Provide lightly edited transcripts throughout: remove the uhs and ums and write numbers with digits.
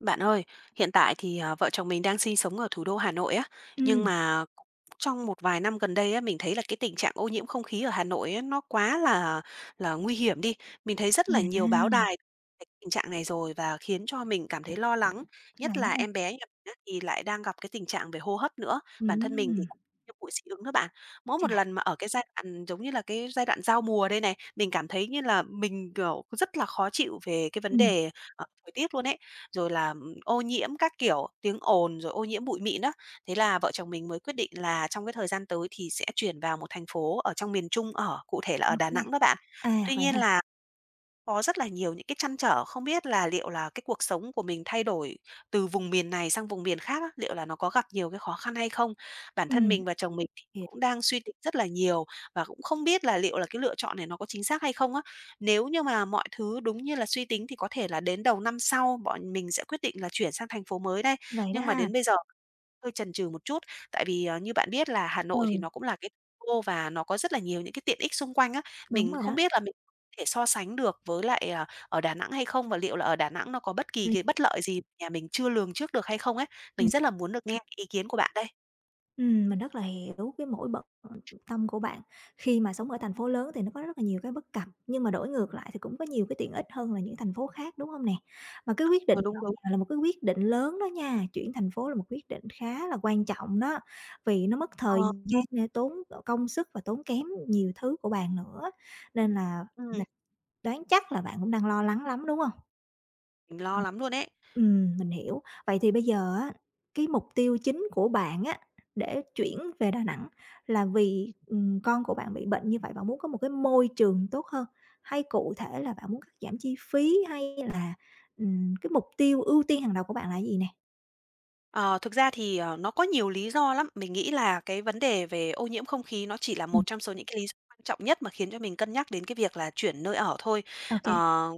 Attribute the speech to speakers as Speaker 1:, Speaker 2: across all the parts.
Speaker 1: Bạn ơi, hiện tại thì, vợ chồng mình đang sinh sống ở thủ đô Hà Nội á, nhưng
Speaker 2: Ừm.
Speaker 1: mà trong một vài năm gần đây á, mình thấy là cái tình trạng ô nhiễm không khí ở Hà Nội á, nó quá là nguy hiểm đi. Mình thấy rất là nhiều báo
Speaker 2: À,
Speaker 1: đài cái tình trạng này rồi và khiến cho mình cảm thấy lo lắng, nhất
Speaker 2: vậy
Speaker 1: là
Speaker 2: á.
Speaker 1: em bé nhà mình á, thì lại đang gặp cái tình trạng về hô hấp nữa. Bản thân mình thì
Speaker 2: Ừm.
Speaker 1: cũng nhiễm bụi dị ứng đó bạn. Mỗi một
Speaker 2: Chà.
Speaker 1: lần mà ở cái giai đoạn, giống như là, cái giai đoạn giao mùa đây này, mình cảm thấy như là mình, kiểu, rất là khó chịu về cái vấn
Speaker 2: Ừm.
Speaker 1: đề, thời tiết luôn ấy rồi là, ô nhiễm các kiểu, tiếng ồn, rồi ô nhiễm bụi mịn đó. Thế là vợ chồng mình mới quyết định là trong cái thời gian tới thì sẽ chuyển vào một thành phố ở trong miền Trung ở, cụ thể là
Speaker 2: Ô
Speaker 1: ở Đà
Speaker 2: kê.
Speaker 1: Nẵng đó bạn.
Speaker 2: À,
Speaker 1: Tuy
Speaker 2: vậy
Speaker 1: nhiên
Speaker 2: hả?
Speaker 1: là có rất là nhiều những cái trăn trở, không biết là liệu là cái cuộc sống của mình thay đổi từ vùng miền này sang vùng miền khác á, liệu là nó có gặp nhiều cái khó khăn hay không? Bản thân
Speaker 2: Ừm,
Speaker 1: mình và chồng mình thì
Speaker 2: hiểu.
Speaker 1: cũng đang suy tính rất là nhiều và cũng không biết là liệu là cái lựa chọn này nó có chính xác hay không á. Nếu như mà mọi thứ đúng như là suy tính thì có thể là đến đầu năm sau bọn mình sẽ quyết định là chuyển sang thành phố mới đây,
Speaker 2: Vậy đó
Speaker 1: nhưng mà
Speaker 2: ha.
Speaker 1: đến bây giờ hơi chần chừ một chút. Tại vì, như bạn biết là Hà Nội thì
Speaker 2: Ừ.
Speaker 1: nó cũng là cái thủ đô và nó có rất là nhiều những cái tiện ích xung quanh á.
Speaker 2: Đúng
Speaker 1: Mình
Speaker 2: rồi
Speaker 1: không
Speaker 2: đó.
Speaker 1: biết là mình có thể so sánh được với lại, à, ở Đà Nẵng hay không và liệu là ở Đà Nẵng nó có bất kỳ
Speaker 2: Ừm.
Speaker 1: cái bất lợi gì nhà mình chưa lường trước được hay không ấy? Mình
Speaker 2: Ừm.
Speaker 1: rất là muốn được nghe cái ý kiến của bạn đây.
Speaker 2: Mình rất là hiểu cái mỗi bận tâm của bạn. Khi mà sống ở thành phố lớn thì nó có rất là nhiều cái bất cập, nhưng mà đổi ngược lại thì cũng có nhiều cái tiện ích hơn là những thành phố khác, đúng hông nè? Mà cái quyết định
Speaker 1: Ờ, đúng,
Speaker 2: dọn
Speaker 1: đúng.
Speaker 2: nhà là một cái quyết định lớn đó nha, chuyển thành phố là một quyết định khá là quan trọng đó, vì nó mất thời
Speaker 1: Ờ,
Speaker 2: gian nè, tốn công sức và tốn kém nhiều thứ của bạn nữa, nên là
Speaker 1: ừm,
Speaker 2: mình đoán chắc là bạn cũng đang lo lắng lắm, đúng không?
Speaker 1: mình lo
Speaker 2: Ừm.
Speaker 1: lắm luôn ấy.
Speaker 2: Mình hiểu. Vậy thì bây giờ á, cái mục tiêu chính của bạn á, để chuyển về Đà Nẵng là vì, con của bạn bị bệnh như vậy, bạn muốn có một cái môi trường tốt hơn, hay cụ thể là bạn muốn cắt giảm chi phí, hay là, cái mục tiêu ưu tiên hàng đầu của bạn là cái gì nè?
Speaker 1: Ờ, thực ra thì, nó có nhiều lý do lắm. Mình nghĩ là cái vấn đề về ô nhiễm không khí nó chỉ là
Speaker 2: Ừm,
Speaker 1: một trong số những cái lý do quan trọng nhất mà khiến cho mình cân nhắc đến cái việc là chuyển nơi ở thôi.
Speaker 2: ô kê.
Speaker 1: Ờ,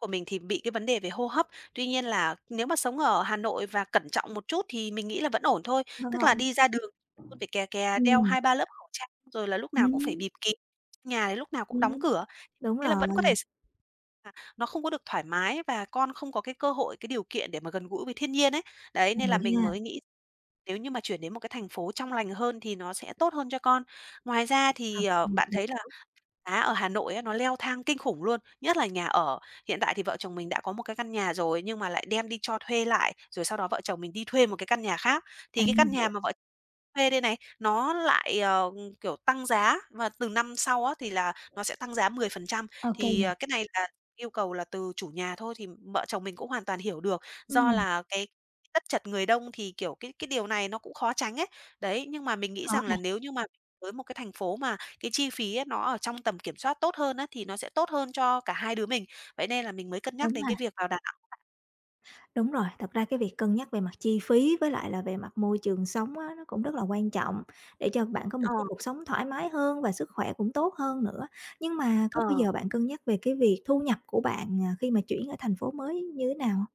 Speaker 1: của mình thì bị cái vấn đề về hô hấp, tuy nhiên là nếu mà sống ở Hà Nội và cẩn trọng một chút thì mình nghĩ là vẫn ổn thôi.
Speaker 2: Vẫn
Speaker 1: Tức là
Speaker 2: ổn.
Speaker 1: đi ra đường luôn phải kè kè, đeo
Speaker 2: Ừm.
Speaker 1: hai ba lớp khẩu trang, rồi là lúc nào cũng phải
Speaker 2: Ừm.
Speaker 1: bịt kín, nhà thì lúc nào cũng đóng
Speaker 2: Ừm,
Speaker 1: cửa,
Speaker 2: đúng
Speaker 1: thế là vẫn có
Speaker 2: rồi.
Speaker 1: thể à, nó không có được thoải mái và con không có cái cơ hội, cái điều kiện để mà gần gũi với thiên nhiên ấy. Đấy,
Speaker 2: Ừ
Speaker 1: nên là mình
Speaker 2: ha.
Speaker 1: mới nghĩ nếu như mà chuyển đến một cái thành phố trong lành hơn thì nó sẽ tốt hơn cho con. Ngoài ra thì,
Speaker 2: OK kê.
Speaker 1: bạn thấy là
Speaker 2: Ừm.
Speaker 1: giá ở Hà Nội á, nó leo thang kinh khủng luôn, nhất là nhà ở. Hiện tại thì vợ chồng mình đã có một cái căn nhà rồi nhưng mà lại đem đi cho thuê lại, rồi sau đó vợ chồng mình đi thuê một cái căn nhà khác. Thì
Speaker 2: À,
Speaker 1: cái căn nhà
Speaker 2: vậy.
Speaker 1: mà vợ thuê đây này, nó lại, kiểu, tăng giá và từ năm sau á thì là nó sẽ tăng giá 10%.
Speaker 2: OK kê
Speaker 1: Thì,
Speaker 2: nè.
Speaker 1: cái này là yêu cầu là từ chủ nhà thôi thì vợ chồng mình cũng hoàn toàn hiểu được, do
Speaker 2: Ừm.
Speaker 1: là cái đất chật người đông thì, kiểu, cái điều này nó cũng khó tránh ấy. Đấy, nhưng mà mình nghĩ
Speaker 2: Khó
Speaker 1: rằng
Speaker 2: nè.
Speaker 1: là nếu như mà tới một cái thành phố mà cái chi phí ấy nó ở trong tầm kiểm soát tốt hơn á, thì nó sẽ tốt hơn cho cả hai đứa mình. Vậy nên là mình mới cân nhắc
Speaker 2: Đúng
Speaker 1: đến
Speaker 2: ha.
Speaker 1: cái việc vào Đà Nẵng.
Speaker 2: Đúng rồi, thật ra cái việc cân nhắc về mặt chi phí với lại là về mặt môi trường sống á, nó cũng rất là quan trọng để cho bạn có một
Speaker 1: Ờ,
Speaker 2: cái cuộc sống thoải mái hơn và sức khỏe cũng tốt hơn nữa. Nhưng mà có
Speaker 1: ờ.
Speaker 2: bao giờ bạn cân nhắc về cái việc thu nhập của bạn, khi mà chuyển ở thành phố mới như thế nào hông?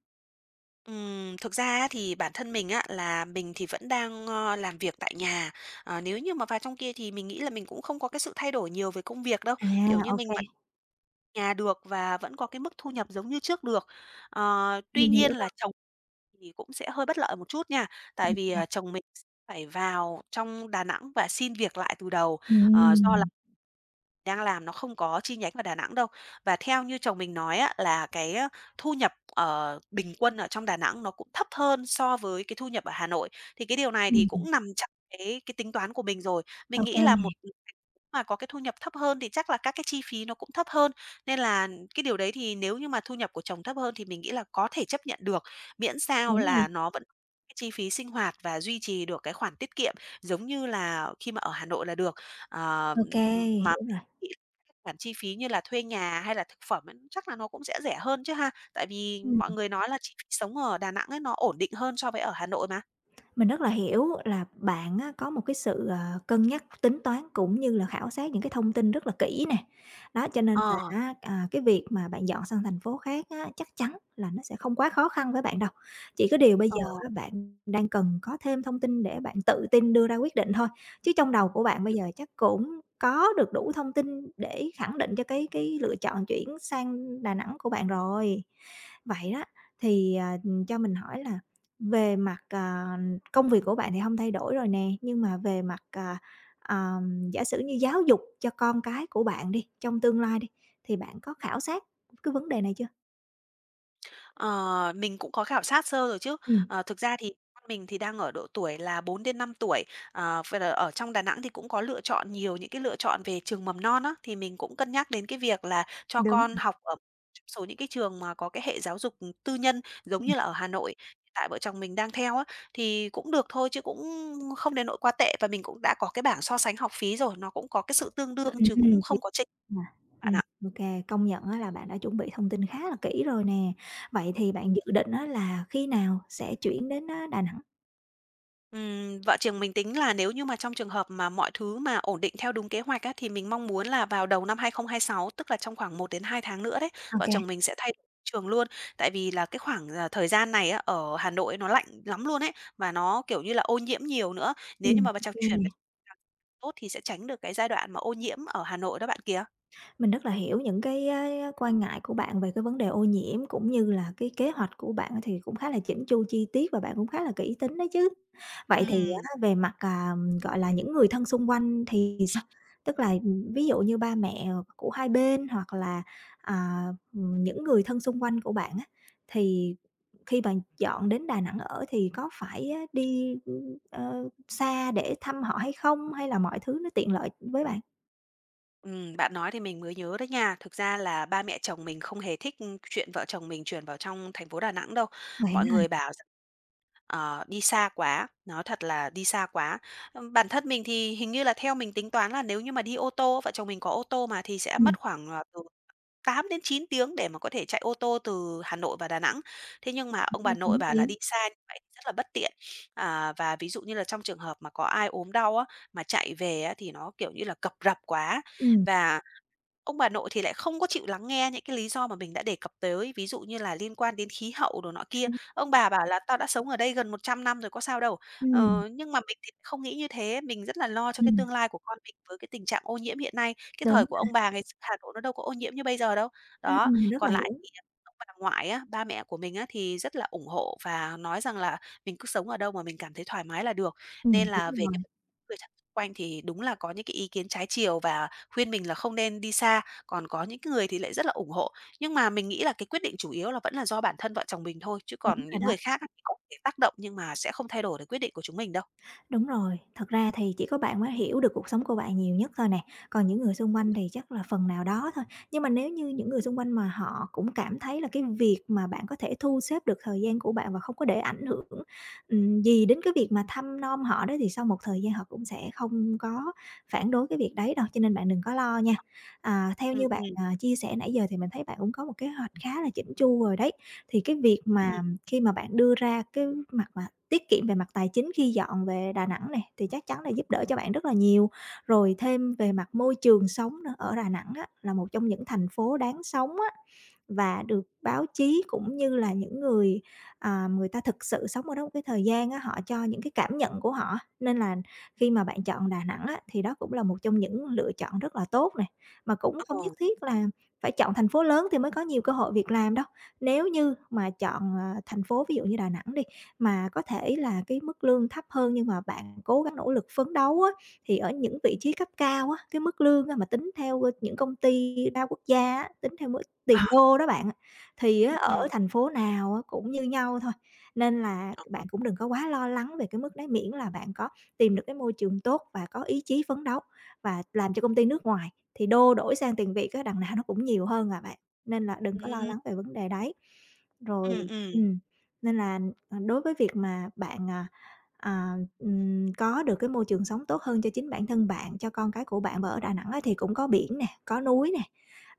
Speaker 1: Thực ra á thì bản thân mình á, là mình thì vẫn đang, làm việc tại nhà. Nếu như mà vào trong kia thì mình nghĩ là mình cũng không có cái sự thay đổi nhiều về công việc đâu,
Speaker 2: À,
Speaker 1: kiểu như,
Speaker 2: ô
Speaker 1: mình vẫn nhà được và vẫn có cái mức thu nhập giống như trước được. Tuy
Speaker 2: mình hiểu
Speaker 1: nhiên là
Speaker 2: rồi,
Speaker 1: chồng thì cũng sẽ hơi bất lợi một chút nha, tại vì, à,
Speaker 2: ok.
Speaker 1: chồng mình phải vào trong Đà Nẵng và xin việc lại từ đầu, do là
Speaker 2: Ừm.
Speaker 1: đang làm nó không có chi nhánh ở Đà Nẵng đâu. Và theo như chồng mình nói á, là cái, thu nhập, bình quân ở trong Đà Nẵng nó cũng thấp hơn so với cái thu nhập ở Hà Nội. Thì cái điều này thì
Speaker 2: Ừm,
Speaker 1: cũng nằm trong cái tính toán của mình rồi. Mình
Speaker 2: ô
Speaker 1: nghĩ là
Speaker 2: nè,
Speaker 1: một mà có cái thu nhập thấp hơn thì chắc là các cái chi phí nó cũng thấp hơn, nên là cái điều đấy thì nếu như mà thu nhập của chồng thấp hơn thì mình nghĩ là có thể chấp nhận được, miễn sao
Speaker 2: đúng
Speaker 1: là
Speaker 2: rồi,
Speaker 1: nó vẫn cái chi phí sinh hoạt và duy trì được cái khoản tiết kiệm giống như là khi mà ở Hà Nội là được. Ờ,
Speaker 2: ok
Speaker 1: mà
Speaker 2: hiểu rồi.
Speaker 1: Nghĩ các khoản chi phí như là thuê nhà hay là thực phẩm ấy, chắc là nó cũng sẽ rẻ hơn chứ ha? Tại vì
Speaker 2: Ừm.
Speaker 1: mọi người nói là chi phí sống ở Đà Nẵng ấy, nó ổn định hơn so với ở Hà Nội mà.
Speaker 2: Mình rất là hiểu là bạn á, có một cái sự, cân nhắc, tính toán cũng như là khảo sát những cái thông tin rất là kỹ nè. Đó, cho nên là
Speaker 1: Ờ,
Speaker 2: á, cái việc mà bạn dọn sang thành phố khác á, chắc chắn là nó sẽ không quá khó khăn với bạn đâu. Chỉ có điều bây
Speaker 1: ờ.
Speaker 2: giờ á, bạn đang cần có thêm thông tin để bạn tự tin đưa ra quyết định thôi, chứ trong đầu của bạn bây giờ chắc cũng có được đủ thông tin để khẳng định cho cái lựa chọn chuyển sang Đà Nẵng của bạn rồi. Vậy đó, thì, cho mình hỏi là về mặt, công việc của bạn thì không thay đổi rồi nè, nhưng mà về mặt, giả sử như giáo dục cho con cái của bạn đi, trong tương lai đi, thì bạn có khảo sát cái vấn đề này chưa?
Speaker 1: Ờ, mình cũng có khảo sát sơ rồi chứ.
Speaker 2: Ừm.
Speaker 1: Thực ra thì con mình thì đang ở độ tuổi là 4 đến 5 tuổi, vậy là ở trong Đà Nẵng thì cũng có lựa chọn nhiều những cái lựa chọn về trường mầm non á, thì mình cũng cân nhắc đến cái việc là cho
Speaker 2: Đúng
Speaker 1: con
Speaker 2: rồi.
Speaker 1: học ở trong số những cái trường mà có cái hệ giáo dục tư nhân giống
Speaker 2: Ừm.
Speaker 1: như là ở Hà Nội, hiện tại vợ chồng mình đang theo á, thì cũng được thôi chứ cũng không đến nỗi quá tệ và mình cũng đã có cái bảng so sánh học phí rồi, nó cũng có cái sự tương đương
Speaker 2: Ừm.
Speaker 1: chứ cũng
Speaker 2: Ừm, chính
Speaker 1: không có chênh
Speaker 2: mà.
Speaker 1: bạn
Speaker 2: Ừm,
Speaker 1: ạ.
Speaker 2: công nhận á là bạn đã chuẩn bị thông tin khá là kỹ rồi nè. Vậy thì bạn dự định á là khi nào sẽ chuyển đến á Đà Nẵng?
Speaker 1: Vợ chồng mình tính là nếu như mà trong trường hợp mà mọi thứ mà ổn định theo đúng kế hoạch á, thì mình mong muốn là vào đầu năm 2026 tức là trong khoảng 1 đến 2 tháng nữa đấy,
Speaker 2: OK
Speaker 1: vợ
Speaker 2: kê.
Speaker 1: chồng mình sẽ thay đổi trường luôn. Tại vì là cái khoảng, à, thời gian này á, ở Hà Nội nó lạnh lắm luôn ấy, và nó, kiểu như là, ô nhiễm nhiều nữa. Nếu như
Speaker 2: Ừm.
Speaker 1: mà bà trang chuyển
Speaker 2: Nè.
Speaker 1: về tốt thì sẽ tránh được cái giai đoạn mà ô nhiễm ở Hà Nội đó bạn kia.
Speaker 2: Mình rất là hiểu những cái á quan ngại của bạn về cái vấn đề ô nhiễm, cũng như là cái kế hoạch của bạn thì cũng khá là chỉnh chu, chi tiết và bạn cũng khá là kỹ tính đấy chứ. Vậy thì
Speaker 1: Ừm,
Speaker 2: á về mặt, gọi là, những người thân xung quanh thì sao? Tức là, ví dụ như ba mẹ của hai bên hoặc là, à, những người thân xung quanh của bạn á, thì khi bạn dọn đến Đà Nẵng ở thì có phải á đi, xa để thăm họ hay không? Hay là mọi thứ nó tiện lợi với bạn?
Speaker 1: bạn nói thì mình mới nhớ đấy nha. Thực ra là ba mẹ chồng mình không hề thích, chuyện vợ chồng mình chuyển vào trong thành phố Đà Nẵng đâu.
Speaker 2: Vậy
Speaker 1: Mọi
Speaker 2: á ha?
Speaker 1: người bảo đi xa quá, nói thật là đi xa quá. Bản thân mình thì hình như là theo mình tính toán là nếu như mà đi ô tô, vợ chồng mình có ô tô mà, thì sẽ
Speaker 2: Ừm,
Speaker 1: mất khoảng, từ 8 đến 9 tiếng để mà có thể chạy ô tô từ Hà Nội và Đà Nẵng. Thế nhưng mà ông bà nội bà là
Speaker 2: tiếng.
Speaker 1: đi xa như vậy thì rất là bất tiện. À, và ví dụ như là trong trường hợp mà có ai ốm đau á, mà chạy về á thì nó, kiểu như là, cập rập quá.
Speaker 2: Ừm.
Speaker 1: Và Ông bà nội thì lại không có chịu lắng nghe những cái lý do mà mình đã đề cập tới, ví dụ như là liên quan đến khí hậu đồ nọ kia. Ông bà bảo là "Tao đã sống ở đây gần 100 năm rồi, có sao đâu."
Speaker 2: Ừm.
Speaker 1: Nhưng mà mình thì không nghĩ như thế, mình rất là lo cho cái
Speaker 2: Ừm,
Speaker 1: tương lai của con mình với cái tình trạng ô nhiễm hiện nay. Cái thời
Speaker 2: đúng.
Speaker 1: của ông bà ngày xưa Hà Nội nó đâu có ô nhiễm như bây giờ đâu. Đó,
Speaker 2: Ừm, rất
Speaker 1: còn
Speaker 2: là
Speaker 1: lại
Speaker 2: hiểu.
Speaker 1: thì, à, ông bà ngoại á, ba mẹ của mình á, thì rất là ủng hộ và nói rằng là mình cứ sống ở đâu mà mình cảm thấy thoải mái là được.
Speaker 2: Ừm.
Speaker 1: Nên là
Speaker 2: Đúng
Speaker 1: về
Speaker 2: rồi.
Speaker 1: cái người thân xung quanh thì đúng là có những cái ý kiến trái chiều và Khuyên mình là không nên đi xa, còn có những cái người thì lại rất là ủng hộ. Nhưng mà mình nghĩ là cái quyết định chủ yếu là vẫn là do bản thân vợ chồng mình thôi, chứ
Speaker 2: Đúng
Speaker 1: còn
Speaker 2: rồi
Speaker 1: những
Speaker 2: đó.
Speaker 1: người khác á thì có thể tác động nhưng mà sẽ không thay đổi được quyết định của chúng mình đâu.
Speaker 2: Đúng rồi, thật ra thì chỉ có bạn mới hiểu được cuộc sống của bạn nhiều nhất thôi nè, còn những người xung quanh thì chắc là phần nào đó thôi. Nhưng mà nếu như những người xung quanh mà họ cũng cảm thấy là cái việc mà bạn có thể thu xếp được thời gian của bạn và không có để ảnh hưởng, gì đến cái việc mà thăm nom họ đó thì sau một thời gian họ cũng sẽ không có phản đối cái việc đấy đâu, cho nên bạn đừng có lo nha. À, theo
Speaker 1: Ừm,
Speaker 2: như bạn,
Speaker 1: ừm,
Speaker 2: chia sẻ nãy giờ thì mình thấy bạn cũng có một kế hoạch khá là chỉnh chu rồi đấy, thì cái việc
Speaker 1: ừm,
Speaker 2: mà khi mà bạn đưa ra cái mặt mà tiết kiệm về mặt tài chính khi dọn về Đà Nẵng này thì chắc chắn là giúp đỡ cho bạn rất là nhiều. Rồi thêm về mặt môi trường sống nữa, ở Đà Nẵng á, là một trong những thành phố đáng sống á, và được báo chí cũng như là những người, người ta thực sự sống ở đó một cái thời gian á, họ cho những cái cảm nhận của họ. Nên là khi mà bạn chọn Đà Nẵng á, thì đó cũng là một trong những lựa chọn rất là tốt này mà cũng không
Speaker 1: ừ,
Speaker 2: nhất thiết là phải chọn thành phố lớn thì mới có nhiều cơ hội việc làm đâu. Nếu như mà chọn, thành phố ví dụ như Đà Nẵng đi, mà có thể là cái mức lương thấp hơn nhưng mà bạn cố gắng nỗ lực phấn đấu á, thì ở những vị trí cấp cao á, cái mức lương á mà tính theo, những công ty đa quốc gia á, tính theo mức tiền
Speaker 1: à,
Speaker 2: đô đó bạn, thì á ở
Speaker 1: ừm,
Speaker 2: thành phố nào á cũng như nhau thôi. Nên là
Speaker 1: đó,
Speaker 2: bạn cũng đừng có quá lo lắng về cái mức đấy, miễn là bạn có tìm được cái môi trường tốt và có ý chí phấn đấu. Và làm cho công ty nước ngoài thì đô đổi sang tiền Việt á, đằng nào nó cũng nhiều hơn à bạn, nên là đừng có lo
Speaker 1: ừm,
Speaker 2: lắng về vấn đề đấy. Rồi
Speaker 1: ừm.
Speaker 2: nên là đối với việc mà bạn, à, có được cái môi trường sống tốt hơn cho chính bản thân bạn, cho con cái của bạn và ở Đà Nẵng á thì cũng có biển nè, có núi nè,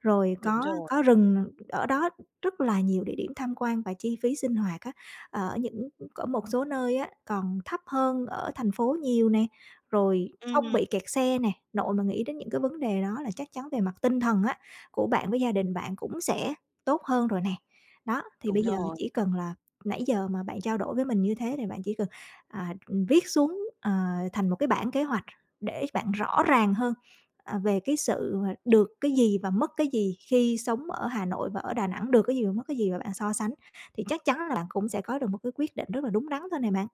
Speaker 2: rồi
Speaker 1: Đúng
Speaker 2: có
Speaker 1: rồi,
Speaker 2: có rừng, ở đó rất là nhiều địa điểm tham quan và chi phí sinh hoạt á, ở những ở một số nơi á còn thấp hơn ở thành phố nhiều nè, rồi không
Speaker 1: ừm,
Speaker 2: bị kẹt xe nè. Nội mà nghĩ đến những cái vấn đề đó là chắc chắn về mặt tinh thần á, của bạn với gia đình bạn cũng sẽ tốt hơn rồi nè. Đó, thì
Speaker 1: đúng
Speaker 2: bây giờ
Speaker 1: rồi.
Speaker 2: chỉ cần là, nãy giờ mà bạn trao đổi với mình như thế thì bạn chỉ cần, à, viết xuống, thành một cái bản kế hoạch để bạn rõ ràng hơn, về cái sự mà được cái gì và mất cái gì khi sống ở Hà Nội và ở Đà Nẵng, được cái gì và mất cái gì và bạn so sánh, thì chắc chắn là bạn cũng sẽ có được một cái quyết định rất là đúng đắn thôi này bạn.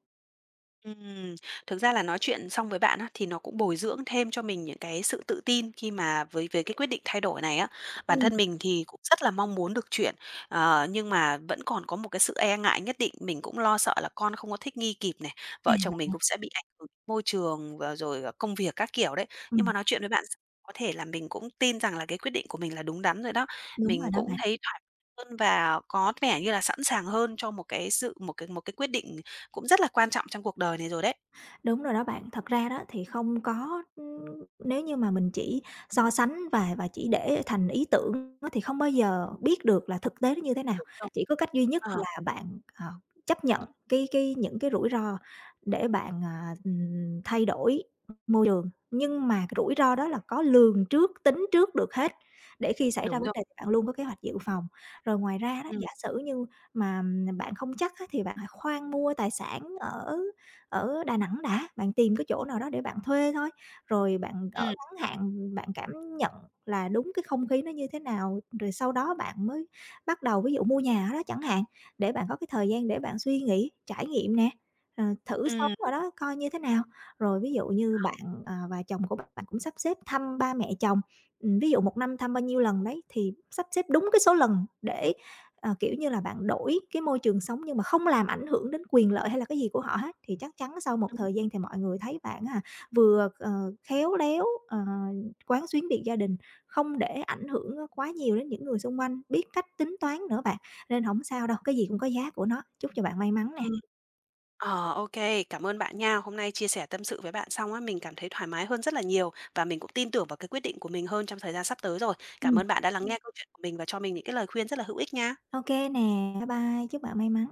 Speaker 1: Ừm, thực ra là nói chuyện xong với bạn á, thì nó cũng bồi dưỡng thêm cho mình những cái sự tự tin khi mà với cái quyết định thay đổi này á. Bản
Speaker 2: Ừm.
Speaker 1: thân mình thì cũng rất là mong muốn được chuyển, nhưng mà vẫn còn có một cái sự e ngại nhất định. Mình cũng lo sợ là con không có thích nghi kịp này, vợ
Speaker 2: À,
Speaker 1: chồng mình cũng sẽ bị ảnh hưởng môi trường và rồi, công việc các kiểu đấy. Nhưng mà
Speaker 2: ừm,
Speaker 1: nói chuyện với bạn có thể là mình cũng tin rằng là cái quyết định của mình là đúng đắn rồi đó.
Speaker 2: đúng
Speaker 1: Mình
Speaker 2: rồi đó
Speaker 1: cũng
Speaker 2: bạn.
Speaker 1: thấy thoải mái hơn và có vẻ như là sẵn sàng hơn cho một cái sự một cái quyết định cũng rất là quan trọng trong cuộc đời này rồi đấy.
Speaker 2: Đúng rồi đó bạn. Thật ra đó thì không có nếu như mà mình chỉ so sánh và chỉ để thành ý tưởng á thì không bao giờ biết được là thực tế nó như thế nào.
Speaker 1: Đúng rồi.
Speaker 2: Chỉ có cách duy nhất
Speaker 1: Ờ,
Speaker 2: là bạn, chấp nhận cái những cái rủi ro để bạn, thay đổi môi trường, nhưng mà cái rủi ro đó là có lường trước, tính trước được hết, để khi xảy ra
Speaker 1: đúng
Speaker 2: vấn
Speaker 1: rồi.
Speaker 2: đề thì bạn luôn có kế hoạch dự phòng. Rồi ngoài ra đó,
Speaker 1: Ừm,
Speaker 2: giả sử như mà, bạn không chắc á thì bạn hãy khoan mua tài sản ở ở Đà Nẵng đã, bạn tìm cái chỗ nào đó để bạn thuê thôi, rồi bạn ở
Speaker 1: ừm,
Speaker 2: ngắn hạn bạn cảm nhận là đúng cái không khí nó như thế nào, rồi sau đó bạn mới bắt đầu ví dụ mua nhà ở đó chẳng hạn, để bạn có cái thời gian để bạn suy nghĩ, trải nghiệm nè, thử sống
Speaker 1: ừm,
Speaker 2: ở đó coi như thế nào. Rồi ví dụ như bạn, và chồng của bạn cũng sắp xếp thăm ba mẹ chồng, ví dụ một năm thăm bao nhiêu lần đấy thì sắp xếp đúng cái số lần để kiểu như là, bạn đổi cái môi trường sống nhưng mà không làm ảnh hưởng đến quyền lợi hay là cái gì của họ hết, thì chắc chắn sau một thời gian thì mọi người thấy bạn vừa, khéo léo, quán xuyến việc gia đình, không để ảnh hưởng quá nhiều đến những người xung quanh, biết cách tính toán nữa bạn, nên không sao đâu, cái gì cũng có giá của nó. Chúc cho bạn may mắn nè.
Speaker 1: ừm. Ô kê, cảm ơn bạn nha. Hôm nay chia sẻ tâm sự với bạn xong á, mình cảm thấy thoải mái hơn rất là nhiều và mình cũng tin tưởng vào cái quyết định của mình hơn trong thời gian sắp tới rồi. Cảm
Speaker 2: Ừm.
Speaker 1: ơn bạn đã lắng nghe câu chuyện của mình và cho mình những cái lời khuyên rất là hữu ích nha.
Speaker 2: Ô nè, bye bye, chúc bạn may mắn.